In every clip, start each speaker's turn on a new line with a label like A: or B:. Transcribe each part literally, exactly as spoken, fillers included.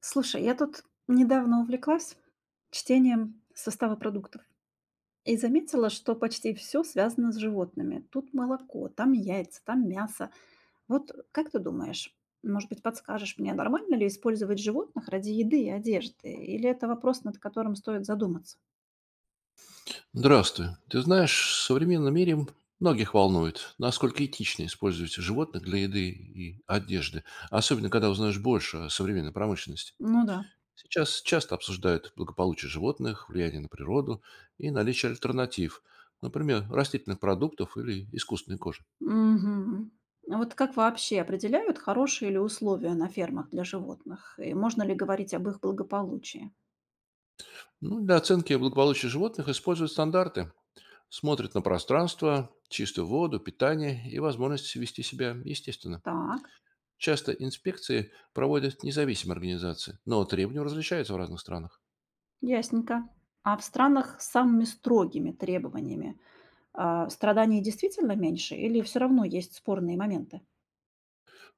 A: Слушай, я тут недавно увлеклась чтением состава продуктов и заметила, что почти все связано с животными. Тут молоко, там яйца, там мясо. Вот как ты думаешь, может быть, подскажешь мне, нормально ли использовать животных ради еды и одежды? Или это вопрос, над которым стоит задуматься?
B: Здравствуй. Ты знаешь, в современном мире многих волнует, насколько этично использовать животных для еды и одежды, особенно когда узнаешь больше о современной промышленности.
A: Ну да.
B: Сейчас часто обсуждают благополучие животных, влияние на природу и наличие альтернатив, например, растительных продуктов или искусственной кожи.
A: Мгм. А вот как вообще определяют хорошие ли условия на фермах для животных? И можно ли говорить об их благополучии?
B: Ну, для оценки благополучия животных используют стандарты. Смотрят на пространство, чистую воду, питание и возможность вести себя естественно.
A: Так.
B: Часто инспекции проводят независимые организации, но требования различаются в разных странах.
A: Ясненько. А в странах с самыми строгими требованиями, а, страданий действительно меньше или все равно есть спорные моменты?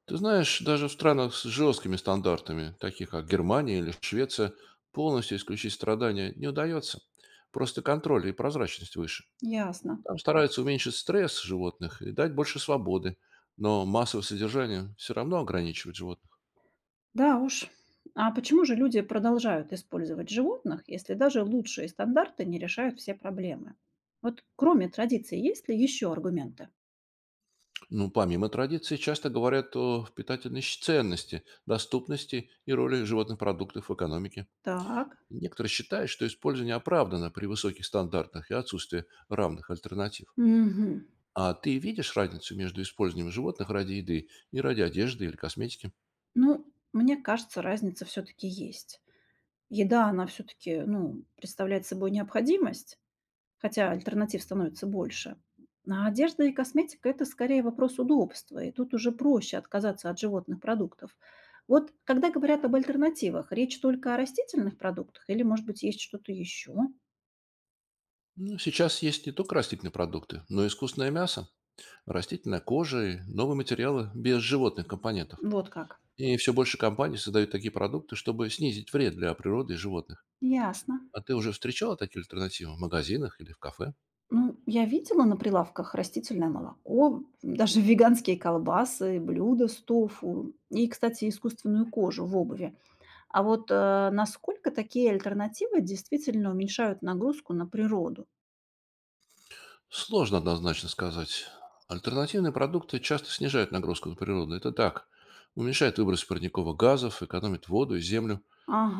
B: Ты знаешь, даже в странах с жесткими стандартами, таких как Германия или Швеция, полностью исключить страдания не удается. Просто контроль и прозрачность выше.
A: Ясно.
B: Там стараются уменьшить стресс животных и дать больше свободы, но массовое содержание все равно ограничивает животных.
A: Да уж. А почему же люди продолжают использовать животных, если даже лучшие стандарты не решают все проблемы? Вот кроме традиций, есть ли еще аргументы?
B: Ну, помимо традиций, часто говорят о питательной щ- ценности, доступности и роли животных продуктов в экономике.
A: Так.
B: Некоторые считают, что использование оправдано при высоких стандартах и отсутствии равных альтернатив.
A: Мгм.
B: А ты видишь разницу между использованием животных ради еды и ради одежды или косметики?
A: Ну, мне кажется, разница все-таки есть. Еда, она все-таки, ну, представляет собой необходимость, хотя альтернатив становится больше. А одежда и косметика — это скорее вопрос удобства, и тут уже проще отказаться от животных продуктов. Вот когда говорят об альтернативах, речь только о растительных продуктах или, может быть, есть что-то еще?
B: Ну, сейчас есть не только растительные продукты, но и искусственное мясо, растительная кожа и новые материалы без животных компонентов.
A: Вот как.
B: И все больше компаний создают такие продукты, чтобы снизить вред для природы и животных.
A: Ясно.
B: А ты уже встречала такие альтернативы в магазинах или в кафе?
A: Ну, я видела на прилавках растительное молоко, даже веганские колбасы, блюда с тофу и, кстати, искусственную кожу в обуви. А вот э, насколько такие альтернативы действительно уменьшают нагрузку на природу?
B: Сложно однозначно сказать. Альтернативные продукты часто снижают нагрузку на природу. Это так уменьшает выбросы парниковых газов, экономит воду и землю.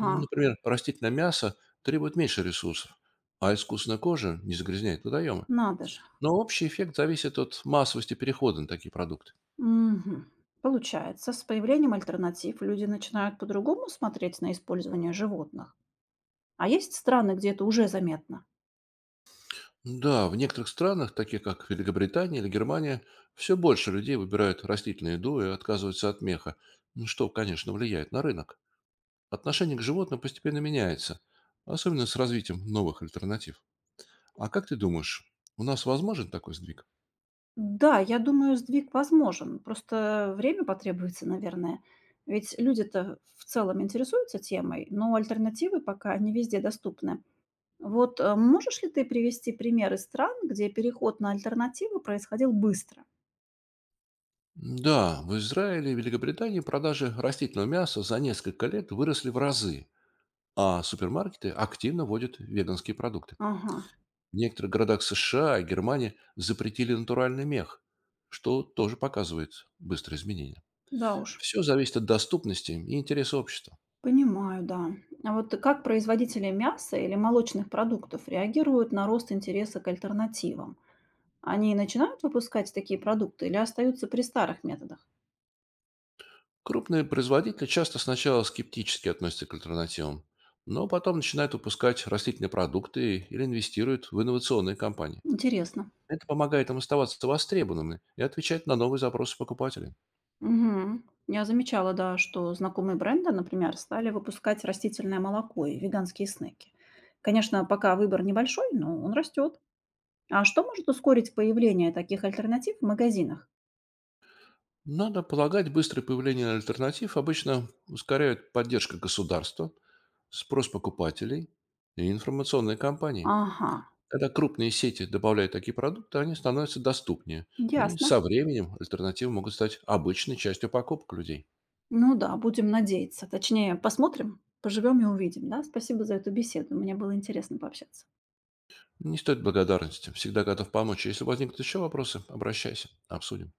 B: Ну, например, растительное мясо требует меньше ресурсов, а искусственная кожа не загрязняет водоемы.
A: Надо же.
B: Но общий эффект зависит от массовости перехода на такие продукты.
A: Мгм. Получается, с появлением альтернатив люди начинают по-другому смотреть на использование животных. А есть страны, где это уже заметно?
B: Да, в некоторых странах, таких как Великобритания или Германия, все больше людей выбирают растительную еду и отказываются от меха, ну, что, конечно, влияет на рынок. Отношение к животным постепенно меняется, особенно с развитием новых альтернатив. А как ты думаешь, у нас возможен такой сдвиг?
A: Да, я думаю, сдвиг возможен. Просто время потребуется, наверное. Ведь люди-то в целом интересуются темой, но альтернативы пока не везде доступны. Вот э, можешь ли ты привести примеры стран, где переход на альтернативы происходил быстро?
B: Да, в Израиле и Великобритании продажи растительного мяса за несколько лет выросли в разы, а супермаркеты активно вводят веганские продукты.
A: Ага.
B: В некоторых городах С Ш А и Германии запретили натуральный мех, что тоже показывает быстрые изменения.
A: Да уж.
B: Все зависит от доступности и интереса общества.
A: Понимаю, да. А вот как производители мяса или молочных продуктов реагируют на рост интереса к альтернативам? Они начинают выпускать такие продукты или остаются при старых методах?
B: Крупные производители часто сначала скептически относятся к альтернативам, но потом начинают выпускать растительные продукты или инвестируют в инновационные компании.
A: Интересно.
B: Это помогает им оставаться востребованными и отвечать на новые запросы покупателей.
A: Мгм. Я замечала, да, что знакомые бренды, например, стали выпускать растительное молоко и веганские снеки. Конечно, пока выбор небольшой, но он растет. А что может ускорить появление таких альтернатив в магазинах?
B: Надо полагать, быстрое появление альтернатив обычно ускоряют поддержка государства, спрос покупателей и информационные кампании.
A: Ага.
B: Когда крупные сети добавляют такие продукты, они становятся доступнее. И
A: Ясно.
B: со временем альтернативы могут стать обычной частью покупок людей.
A: Ну да, будем надеяться. Точнее, посмотрим, поживем и увидим, да. Спасибо за эту беседу. Мне было интересно пообщаться.
B: Не стоит благодарности. Всегда готов помочь. Если возникнут еще вопросы, обращайся. Обсудим.